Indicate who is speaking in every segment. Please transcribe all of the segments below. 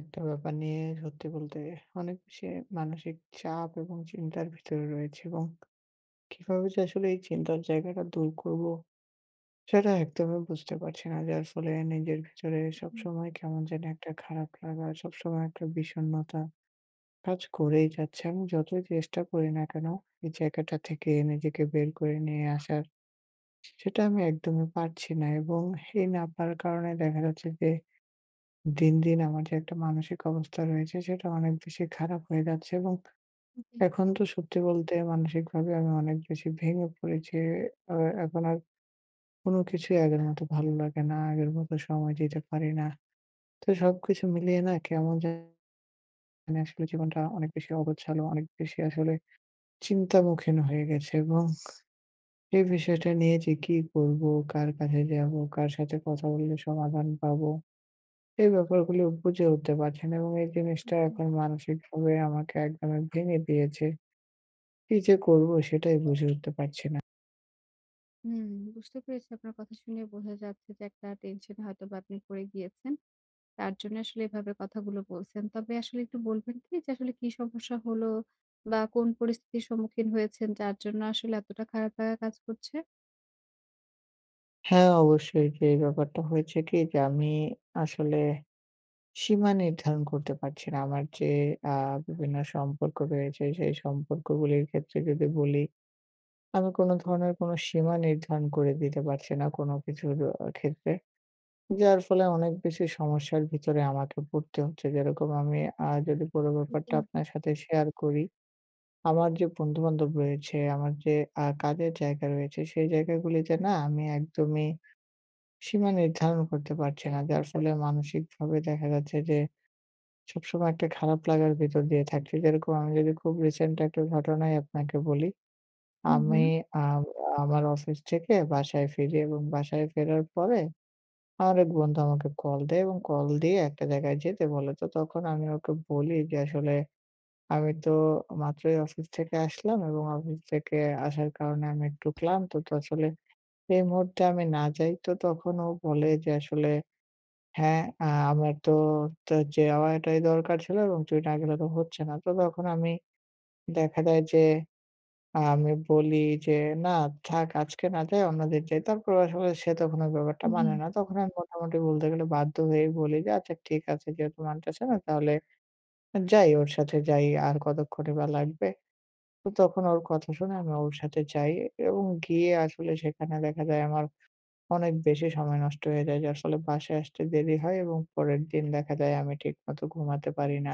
Speaker 1: একটা ব্যাপার নিয়ে সত্যি বলতে অনেক বেশি মানসিক চাপ এবং চিন্তার ভিতরে রয়েছে এবং কিভাবে যে আসলে এই চিন্তার জায়গাটা দূর করব সেটা একদমই বুঝতে পারছি না, যার ফলে নিজের ভিতরে
Speaker 2: হুম,
Speaker 1: সবসময় কেমন যেন একটা খারাপ লাগা, সবসময় একটা বিষণ্ণতা কাজ করেই যাচ্ছে। আমি যতই চেষ্টা করি না কেন এই জায়গাটা থেকে নিজেকে বের করে নিয়ে আসার, সেটা আমি একদমই পারছি না। এবং এই না পারার কারণে দেখা যাচ্ছে যে দিন, দিন আমার যে একটা মানসিক অবস্থা রয়েছে সেটা অনেক বেশি খারাপ হয়ে যাচ্ছে। এবং
Speaker 2: জি,
Speaker 1: এখন তো সত্যি বলতে মানসিকভাবে আমি অনেক বেশি ভেঙে পড়েছি। আ এখন আর কোনো কিছুই আগের মতো ভালো লাগে না। আগের মতো সময় দিতে পারি না। তো সবকিছু মিলিয়ে না কেমন জানি আসলে জীবনটা অনেক বেশি অগোছালো, অনেক বেশি আসলে চিন্তামুখীন হয়ে গেছে। এবং এই বিষয়টা নিয়ে যে কি করব, কার কাছে যাব, কার সাথে কথা বললে সমাধান পাবো, এই ব্যাপারগুলো বুঝে উঠতে পারছি না এবং এই জিনিসটা
Speaker 2: হুম।
Speaker 1: এখন মানসিকভাবে আমাকে একদমই ভেঙে দিয়েছে। কি যে করব সেটাই বুঝে উঠতে পারছি না।
Speaker 2: হুম, বুঝতে পেরেছি আপনার কথা শুনে বোঝা যাচ্ছে যে একটা টেনশন হয়তোবা আপনি পড়ে গিয়েছেন। তার জন্য আসলে এভাবে কথাগুলো বলছেন। তবে আসলে একটু বলবেন কি যে আসলে কি সমস্যা হলো বা কোন পরিস্থিতির সম্মুখীন হয়েছেন যার জন্য আসলে এতটা খারাপ লাগা কাজ করছে?
Speaker 1: হ্যাঁ, অবশ্যই, যে এই ব্যাপারটা হয়েছে কি যে আমি আসলে সীমা নির্ধারণ করতে পারছি না। আমার যে আ বিভিন্ন সম্পর্ক রয়েছে সেই সম্পর্কগুলির ক্ষেত্রে যদি বলি, আমি কোন ধরনের কোন সীমা নির্ধারণ করে দিতে পারছি না কোন কিছুর ক্ষেত্রে। যার ফলে অনেক বেশি সমস্যার ভিতরে আমাকে পড়তে হচ্ছে। যেরকম আমি যদি পুরো ব্যাপারটা আপনার সাথে শেয়ার করি, আমার যে বন্ধু-বান্ধব রয়েছে, আমার যে কাজের জায়গা রয়েছে, সেই জায়গাগুলিতে না আমি একদমই সীমা নির্ধারণ করতে পারছি না। যার ফলে মানসিকভাবে দেখা যাচ্ছে যে সবসময় একটা খারাপ লাগার ভিতর দিয়ে থাকছি। যেরকম আমি যদি খুব রিসেন্ট একটা ঘটনাই আপনাকে বলি। আমি
Speaker 2: হুম,
Speaker 1: আ আমার অফিস থেকে বাসায় ফিরি এবং বাসায় ফেরার পরে আরেক বন্ধু আমাকে কল দেয় এবং কল দিয়ে একটা জায়গায় যেতে বলে। তো তখন আমি ওকে বলি যে, "আসলে আমি তো মাত্রই অফিস থেকে আসলাম এবং অফিস থেকে আসার কারণে আমি একটু ক্লান্ত। তো আসলে এই মুহূর্তে আমি না যাই।" তো তখন ও বলে যে, "আসলে হ্যাঁ, আমার তো তো যাওয়াটাই দরকার ছিল এবং তুই না গেলে তো হচ্ছে না।" তো তখন আমি দেখা যায় যে আমি বলি যে, "না, থাক, আজকে না যাই, অন্যদিন যাই।" তারপর আসলে সে তখন ওই ব্যাপারটা
Speaker 2: হুম,
Speaker 1: মানে
Speaker 2: হুম,
Speaker 1: না। তখন আমি মোটামুটি বলতে গেলে বাধ্য হয়েই বলি যে, "আচ্ছা ঠিক আছে, যেহেতু মানতেছে না তাহলে যাই, ওর সাথে যাই। আর কতক্ষণই বা লাগবে?" তো তখন ওর কথা শুনে আমি ওর সাথে যাই এবং গিয়ে আসলে সেখানে দেখা যায় আমার অনেক বেশি সময় নষ্ট হয়ে যায়। যার ফলে বাসায় আসতে দেরি হয় এবং পরের দিন দেখা যায় আমি ঠিকমতো ঘুমাতে পারি না।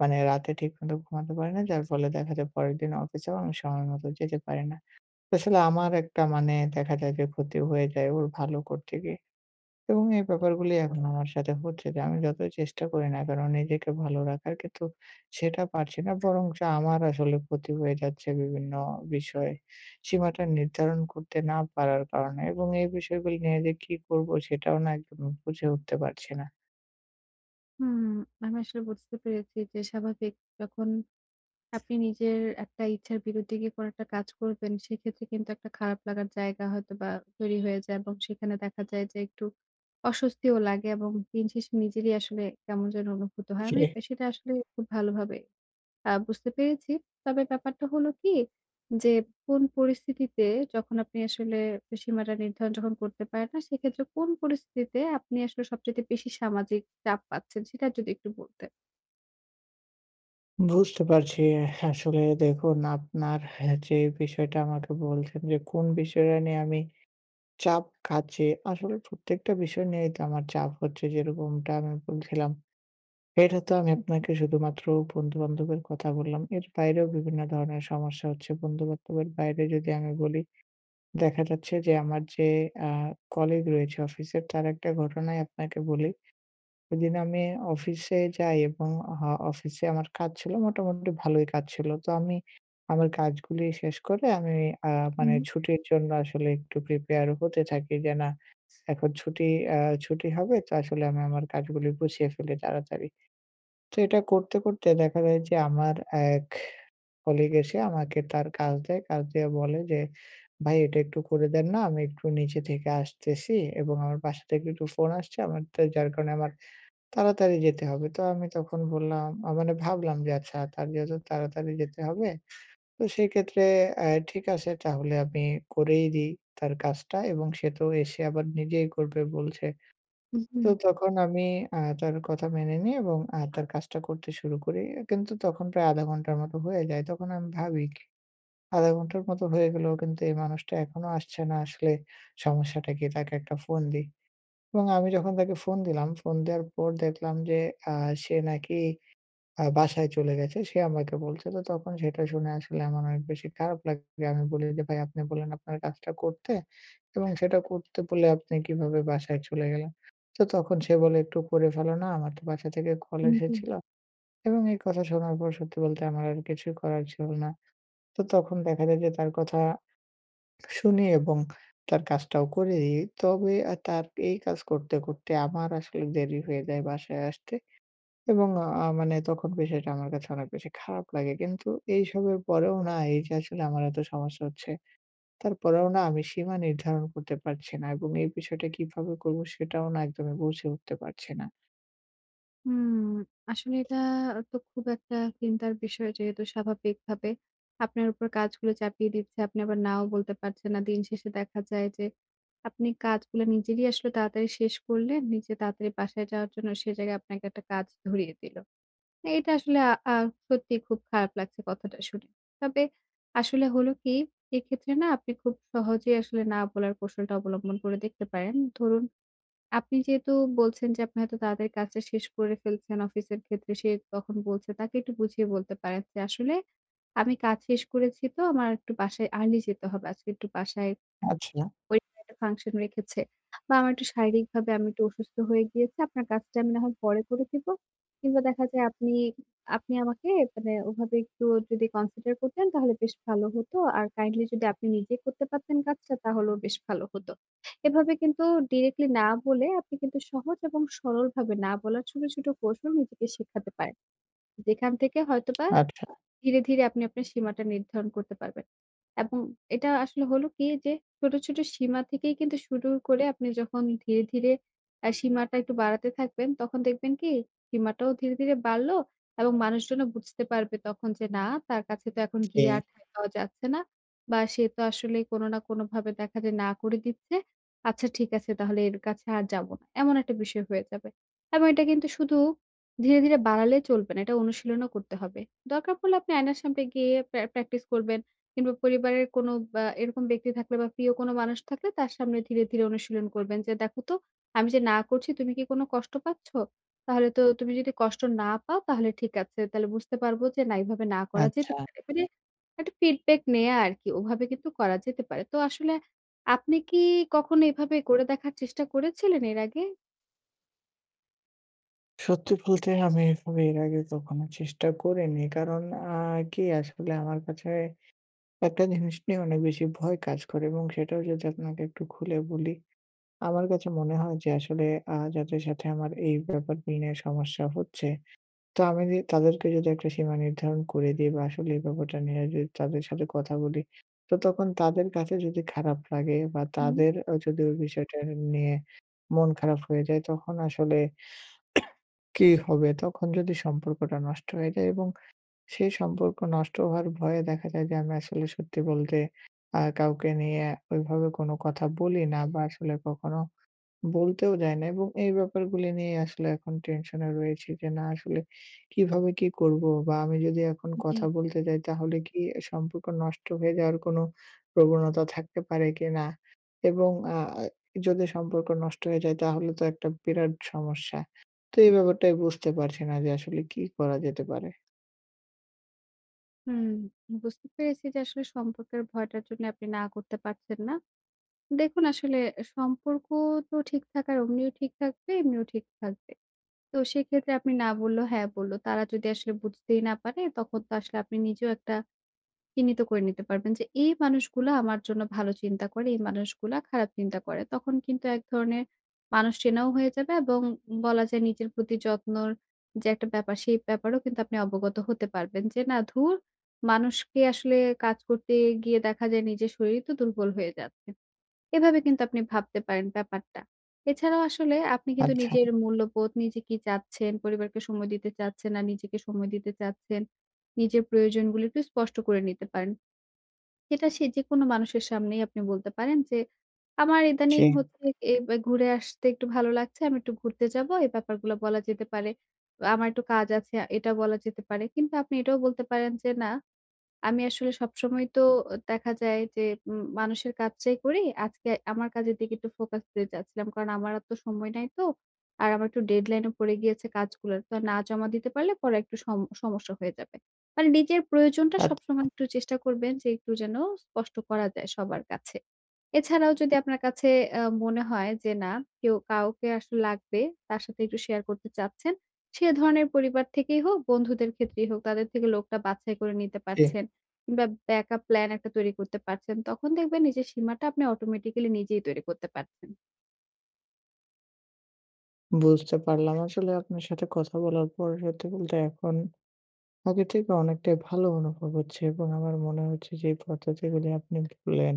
Speaker 1: মানে রাতে ঠিকমতো ঘুমাতে পারি না। যার ফলে দেখা যায় পরের দিন অফিসেও আমি সময় মতো যেতে পারি না। আসলে আমার একটা মানে দেখা যায় যে ক্ষতি হয়ে যায় ওর ভালো করতে গিয়ে। এবং এই ব্যাপারগুলি এখন আমার সাথে হচ্ছে যে আমি যতই চেষ্টা করি না কেন নিজেকে ভালো রাখার, কিন্তু সেটা পারছি না। বরঞ্চ আমার আসলে ক্ষতি হয়ে যাচ্ছে বিভিন্ন বিষয়ে। সীমাটা নির্ধারণ করতে না পারার কারণে এবং এই বিষয়গুলি নিয়ে যে কি করব সেটাও না একদম বুঝে উঠতে পারছি না।
Speaker 2: হুম, আমি আসলে বুঝতে পেরেছি যে স্বাভাবিক যখন আপনি নিজের একটা ইচ্ছার বিরুদ্ধে গিয়ে কোনো একটা কাজ করবেন, সেক্ষেত্রে কিন্তু একটা খারাপ লাগার জায়গা হয়তোবা তৈরি হয়ে যায় এবং সেখানে দেখা যায় যে একটু অস্বস্তিও লাগে এবং দিন শেষে নিজেরই আসলে কেমন যেন অনুভূত হয়।
Speaker 1: জি।
Speaker 2: আমি সেটা আসলে খুব ভালোভাবে বুঝতে পেরেছি। তবে ব্যাপারটা হলো কি যে, কোন পরিস্থিতিতে যখন আপনি আসলে সীমাটা নির্ধারণ যখন করতে পারেন না, সেক্ষেত্রে কোন পরিস্থিতিতে আপনি আসলে সবচাইতে বেশি সামাজিক চাপ পাচ্ছেন? সেটা যদি একটু বলতেন।
Speaker 1: বুঝতে পারছি। আসলে দেখুন আপনার যে বিষয়টা আমাকে বলছেন যে কোন বিষয়টা নিয়ে আমি চাপ কাজে, আসলে প্রত্যেকটা বিষয় নিয়েই তো আমার চাপ হচ্ছে। যেরকমটা আমি বলছিলাম। এটা তো আমি আপনাকে শুধুমাত্র বন্ধু-বান্ধবের কথা বললাম। এর বাইরেও বিভিন্ন ধরনের সমস্যা হচ্ছে। বন্ধু-বান্ধবের বাইরে যদি আমি বলি, দেখা যাচ্ছে যে আমার যে আ কলিগ রয়েছে অফিসের, তার একটা ঘটনাই আপনাকে বলি। সেদিন আমি অফিসে যাই এবং অফিসে আমার কাজ ছিল, মোটামুটি ভালোই কাজ ছিল। তো আমি আমার কাজগুলি শেষ করে আমি আ
Speaker 2: হুম,
Speaker 1: মানে ছুটির জন্য আসলে একটু প্রিপেয়ার হতে থাকি যে না, এখন ছুটি আ ছুটি হবে তো আসলে আমি আমার কাজগুলি গুছিয়ে ফেলি তাড়াতাড়ি। তো এটা করতে, করতে দেখা যায় যে আমার এক কলিগ এসে আমাকে তার কাজ দেয়। কাজ দিয়ে বলে যে, "ভাই এটা একটু করে দেন না? আমি একটু নিচে থেকে আসতেছি এবং আমার বাসা থেকে একটু ফোন আসছে আমার", তো যার কারণে আমার তাড়াতাড়ি যেতে হবে। তো আমি তখন বললাম মানে ভাবলাম যে আচ্ছা, তার যেহেতু তাড়াতাড়ি যেতে হবে, তো সেক্ষেত্রে ঠিক আছে, তাহলে আমি করেই দিই তার কাজটা এবং সে তো এসে আবার নিজেই করবে বলছে। তো তখন আমি তার কথা মেনে নিই এবং তার কাজটা করতে শুরু করি। কিন্তু তখন প্রায় ০.৫ ঘন্টার মতো হয়ে যায়। তখন আমি ভাবি ০.৫ ঘন্টার মতো হয়ে গেল কিন্তু এই মানুষটা এখনো আসছে না। আসলে সমস্যাটা কি? তাকে একটা ফোন দিই। এবং আমি যখন তাকে ফোন দিলাম, ফোন দেওয়ার পর দেখলাম যে আ সে নাকি বাসায় চলে গেছে। সে আমাকে বলছে। তো তখন সেটা শুনে আসলে আমার অনেক বেশি খারাপ লাগে। আমি বলি যে, "ভাই আপনি বললেন আপনার কাজটা করতে এবং সেটা করতে বলে আপনি কিভাবে বাসায় চলে গেলেন?" তো তখন সে বলে, "একটু করে ফেলো না। আমার তো বাসা থেকে কল
Speaker 2: হুম, জি।
Speaker 1: এসেছিল।" এবং এই কথা শোনার পর সত্যি বলতে আমার আর কিছুই করার ছিল না। তো তখন দেখা যায় যে তার কথা শুনি এবং তার কাজটাও করে দিই। তবে তার এই কাজ করতে, করতে আমার আসলে দেরি হয়ে যায় বাসায় আসতে এবং মানে তখন বিষয়টা আমার কাছে অনেক বেশি খারাপ লাগে। কিন্তু এইসবের পরেও না এই যে আসলে আমার এত সমস্যা হচ্ছে, তারপরেও না আমি সীমা নির্ধারণ করতে পারছি না এবং এই বিষয়টা কিভাবে করব সেটাও না একদমই বুঝে উঠতে পারছি না।
Speaker 2: হুম, আসলে এটা তো খুব একটা চিন্তার বিষয় যেহেতু স্বাভাবিকভাবে আপনার উপর কাজগুলো চাপিয়ে দিচ্ছে, আপনি আবার নাও বলতে পারছেন না। দিন শেষে দেখা যায় যে আপনি কাজগুলো নিজেরই আসলে তাড়াতাড়ি শেষ করলেন, নিজে তাড়াতাড়ি বাসায় যাওয়ার জন্য সে জায়গায় আপনাকে একটা কাজ ধরিয়ে দিল। এটা আসলে আ আ সত্যিই খুব খারাপ লাগছে কথাটা শুনে। তবে আসলে হলো কি, এক্ষেত্রে না আপনি খুব সহজেই আসলে না বলার কৌশলটা অবলম্বন করে দেখতে পারেন। ধরুন আপনি যেহেতু বলছেন যে আপনি হয়তো তাদের কাজটা শেষ করে ফেলছেন অফিসের ক্ষেত্রে, সে তখন বলছে তাকে একটু বুঝিয়ে বলতে পারেন যে, "আসলে আমি কাজ শেষ করেছি তো আমার একটু বাসায় আর্লি যেতে হবে। আজকে একটু বাসায়
Speaker 1: আচ্ছা,
Speaker 2: পরিবারে একটা ফাংশন রেখেছে বা আমার একটু শারীরিকভাবে আমি একটু অসুস্থ হয়ে গিয়েছি। আপনার কাজটা আমি না হয় পরে করে দিব। কিংবা দেখা যায় আপনি আপনি আমাকে মানে ওভাবে একটু যদি কনসিডার করতেন তাহলে বেশ ভালো হতো। আর কাইন্ডলি যদি আপনি নিজে করতে পারতেন কাজটা তাহলেও বেশ ভালো হতো। এভাবে কিন্তু ডিরেক্টলি না বলে আপনি কিন্তু সহজ এবং সরলভাবে না বলার ছোট, ছোট কৌশল নিজেকে শেখাতে পারেন। যেখান থেকে হয়তোবা
Speaker 1: আচ্ছা,
Speaker 2: ধীরে, ধীরে আপনি আপনার সীমাটা নির্ধারণ করতে পারবেন। এবং এটা আসলে হলো কি যে ছোট, ছোট সীমা থেকেই কিন্তু শুরু করে আপনি যখন ধীরে, ধীরে সীমাটা একটু বাড়াতে থাকবেন, তখন দেখবেন কি সীমাটাও ধীরে, ধীরে বাড়লো এবং মানুষজনও বুঝতে পারবে তখন যে না তার কাছে তো এখন গিয়ে
Speaker 1: জি,
Speaker 2: আর ঠাঁই পাওয়া যাচ্ছে না বা সে তো আসলে কোনো না কোনোভাবে দেখা যায় না করে দিচ্ছে। আচ্ছা ঠিক আছে তাহলে এর কাছে আর যাবো না। এমন একটা বিষয় হয়ে যাবে। এবং এটা কিন্তু শুধু ধীরে, ধীরে বাড়ালে চলবে না। এটা অনুশীলনও করতে হবে। দরকার পড়লে আপনি আয়নার সামনে গিয়ে প্র্যাকটিস করবেন কিংবা পরিবারের কোনো বা এরকম ব্যক্তি থাকলে বা প্রিয় কোনো মানুষ থাকলে তার সামনে ধীরে, ধীরে অনুশীলন করবেন যে, "দেখো তো আমি যে না করছি তুমি কি কোনো কষ্ট পাচ্ছ? তাহলে তো তুমি যদি কষ্ট না পাও তাহলে ঠিক আছে। তাহলে বুঝতে পারবো যে না এভাবে না করা যেতে
Speaker 1: আচ্ছা।
Speaker 2: পারে।" মানে একটা ফিডব্যাক নেয়া আরকি। ওভাবে কিন্তু করা যেতে পারে। তো আসলে আপনি কি কখনো এভাবে করে দেখার চেষ্টা করেছিলেন এর আগে?
Speaker 1: সত্যি বলতে আমি এভাবে এর আগে কখনো চেষ্টা করিনি। কারণ আ কি আসলে আমার কাছে একটা জিনিস নিয়ে অনেক বেশি ভয় কাজ করে এবং সেটাও যদি আপনাকে একটু খুলে বলি, আমার কাছে মনে হয় যে আসলে যাদের সাথে আমার এই ব্যাপারগুলো নিয়ে সমস্যা হচ্ছে, তো আমি যদি তাদেরকে যদি একটা সীমা নির্ধারণ করে দিই বা আসলে এই ব্যাপারটা নিয়ে যদি তাদের সাথে কথা বলি, তো তখন তাদের কাছে যদি খারাপ লাগে বা
Speaker 2: হুম।
Speaker 1: তাদের যদি ওই বিষয়টা নিয়ে মন খারাপ হয়ে যায়, তখন আসলে কি হবে? তখন যদি সম্পর্কটা নষ্ট হয়ে যায় এবং সেই সম্পর্ক নষ্ট হওয়ার ভয়ে দেখা যায় যে আমি আসলে সত্যি বলতে কাউকে নিয়ে ওইভাবে কোনো কথা বলি না বা আসলে কখনো বলতেও যাই না এবং এই ব্যাপারগুলি নিয়ে আসলে এখন টেনশনে রয়েছি যে না আসলে কিভাবে কি করব? বা আমি যদি এখন
Speaker 2: জি।
Speaker 1: কথা বলতে যাই তাহলে কি সম্পর্ক নষ্ট হয়ে যাওয়ার কোনো প্রবণতা থাকতে পারে কিনা? এবং যদি সম্পর্ক নষ্ট হয়ে যায় তাহলে তো একটা বিরাট সমস্যা। তো এই ব্যাপারটাই বুঝতে পারছি না যে আসলে কি করা যেতে পারে?
Speaker 2: হুম, বুঝতে পেরেছি যে আসলে সম্পর্কের ভয়টার জন্য আপনি না করতে পারছেন না। দেখুন আসলে সম্পর্ক তো ঠিক থাকার অমনিও ঠিক থাকবে, এমনিও ঠিক থাকবে। তো সেক্ষেত্রে আপনি না বললেও হ্যাঁ বলল। তারা যদি আসলে বুঝতেই না পারে তখন তো আসলে আপনি নিজেও একটা চিহ্নিত করে নিতে পারবেন যে এই মানুষগুলা আমার জন্য ভালো চিন্তা করে, এই মানুষগুলা খারাপ চিন্তা করে। তখন কিন্তু এক ধরনের মানুষ চেনাও হয়ে যাবে এবং বলা যায় নিজের প্রতি যত্নর যে একটা ব্যাপার, সেই ব্যাপারেও কিন্তু আপনি অবগত হতে পারবেন যে না ধুর মানুষকে আসলে কাজ করতে গিয়ে দেখা যায় নিজের শরীরই তো দুর্বল হয়ে যাচ্ছে। এভাবে কিন্তু আপনি ভাবতে পারেন ব্যাপারটা। এছাড়াও আসলে আপনি কিন্তু
Speaker 1: আচ্ছা।
Speaker 2: নিজের মূল্যবোধ, নিজে কি চাচ্ছেন, পরিবারকে সময় দিতে চাচ্ছেন না নিজেকে সময় দিতে চাচ্ছেন, নিজের প্রয়োজনগুলো একটু স্পষ্ট করে নিতে পারেন। সেটা সে যেকোনো মানুষের সামনেই আপনি বলতে পারেন যে, "আমার
Speaker 1: জি,
Speaker 2: ইদানিং হচ্ছে এ বে ঘুরে আসতে একটু ভালো লাগছে। আমি একটু ঘুরতে যাব।" এই ব্যাপারগুলো বলা যেতে পারে। "আমার একটু কাজ আছে" এটা বলা যেতে পারে। কিন্তু আপনি এটাও বলতে পারেন যে, "না, আমি আসলে সবসময় তো দেখা যায় যে মানুষের কাজটাই করি। আজকে আমার কাজের দিকে একটু ফোকাস দিতে চাচ্ছিলাম। কারণ আমার আর তো সময় নাই তো। আর আমার একটু ডেডলাইন ও পড়ে গিয়েছে কাজগুলোর। তো না জমা দিতে পারলে পরে একটু সমস্যা হয়ে যাবে। মানে নিজের প্রয়োজনটা
Speaker 1: আচ্ছা,
Speaker 2: সবসময় একটু চেষ্টা করবেন যে একটু যেন স্পষ্ট করা যায় সবার কাছে। এছাড়াও যদি আপনার কাছে মনে হয় যে না কেউ কাউকে আসলে লাগবে, তার সাথে একটু শেয়ার করতে চাচ্ছেন। সে ধরনের পরিবার থেকেই হোক, বন্ধুদের ক্ষেত্রেই হোক, তাদের থেকে লোকটা বাছাই করে নিতে
Speaker 1: জি।
Speaker 2: পারছেন। কিংবা ব্যাকআপ প্ল্যান একটা তৈরি করতে পারছেন, তখন দেখবেন নিজের সীমাটা আপনি অটোমেটিক্যালি নিজেই তৈরি করতে পারছেন।
Speaker 1: বুঝতে পারলাম। আসলে আপনার সাথে কথা বলার পর সত্যি বলতে এখন আগে থেকে অনেকটাই ভালো অনুভব হচ্ছে এবং আমার মনে হচ্ছে যে এই পদ্ধতিগুলি আপনি বললেন,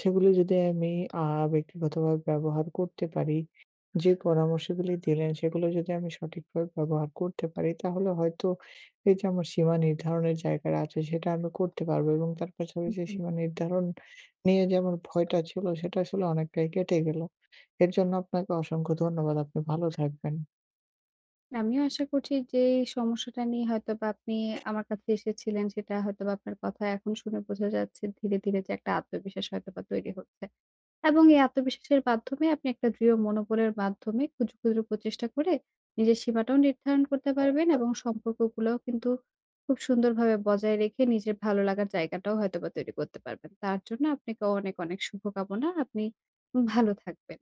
Speaker 1: সেগুলি যদি আমি আ ব্যক্তিগতভাবে ব্যবহার করতে পারি, যে পরামর্শগুলি দিলেন সেগুলো যদি আমি সঠিকভাবে ব্যবহার করতে পারি, তাহলে হয়তো এই যে আমার সীমা নির্ধারণের জায়গাটা আছে সেটা আমি করতে পারবো এবং তার পাশাপাশি
Speaker 2: জি।
Speaker 1: সীমা নির্ধারণ নিয়ে যে আমার ভয়টা ছিল সেটা আসলে অনেকটাই কেটে গেল। এর জন্য আপনাকে অসংখ্য ধন্যবাদ। আপনি ভালো থাকবেন।
Speaker 2: আমিও আশা করছি যে এই সমস্যাটা নিয়ে হয়তোবা আপনি আমার কাছে এসেছিলেন সেটা হয়তোবা আপনার কথা এখন শুনে বোঝা যাচ্ছে ধীরে, ধীরে যে একটা আত্মবিশ্বাস হয়তোবা তৈরি হচ্ছে। এবং এই আত্মবিশ্বাসের মাধ্যমে আপনি একটা দৃঢ় মনোবলের মাধ্যমে ক্ষুদ্র, ক্ষুদ্র প্রচেষ্টা করে নিজের সীমাটাও নির্ধারণ করতে পারবেন এবং সম্পর্কগুলোও কিন্তু খুব সুন্দরভাবে বজায় রেখে নিজের ভালো লাগার জায়গাটাও হয়তোবা তৈরি করতে পারবেন। তার জন্য আপনাকে অনেক, অনেক শুভকামনা। আপনি ভালো থাকবেন।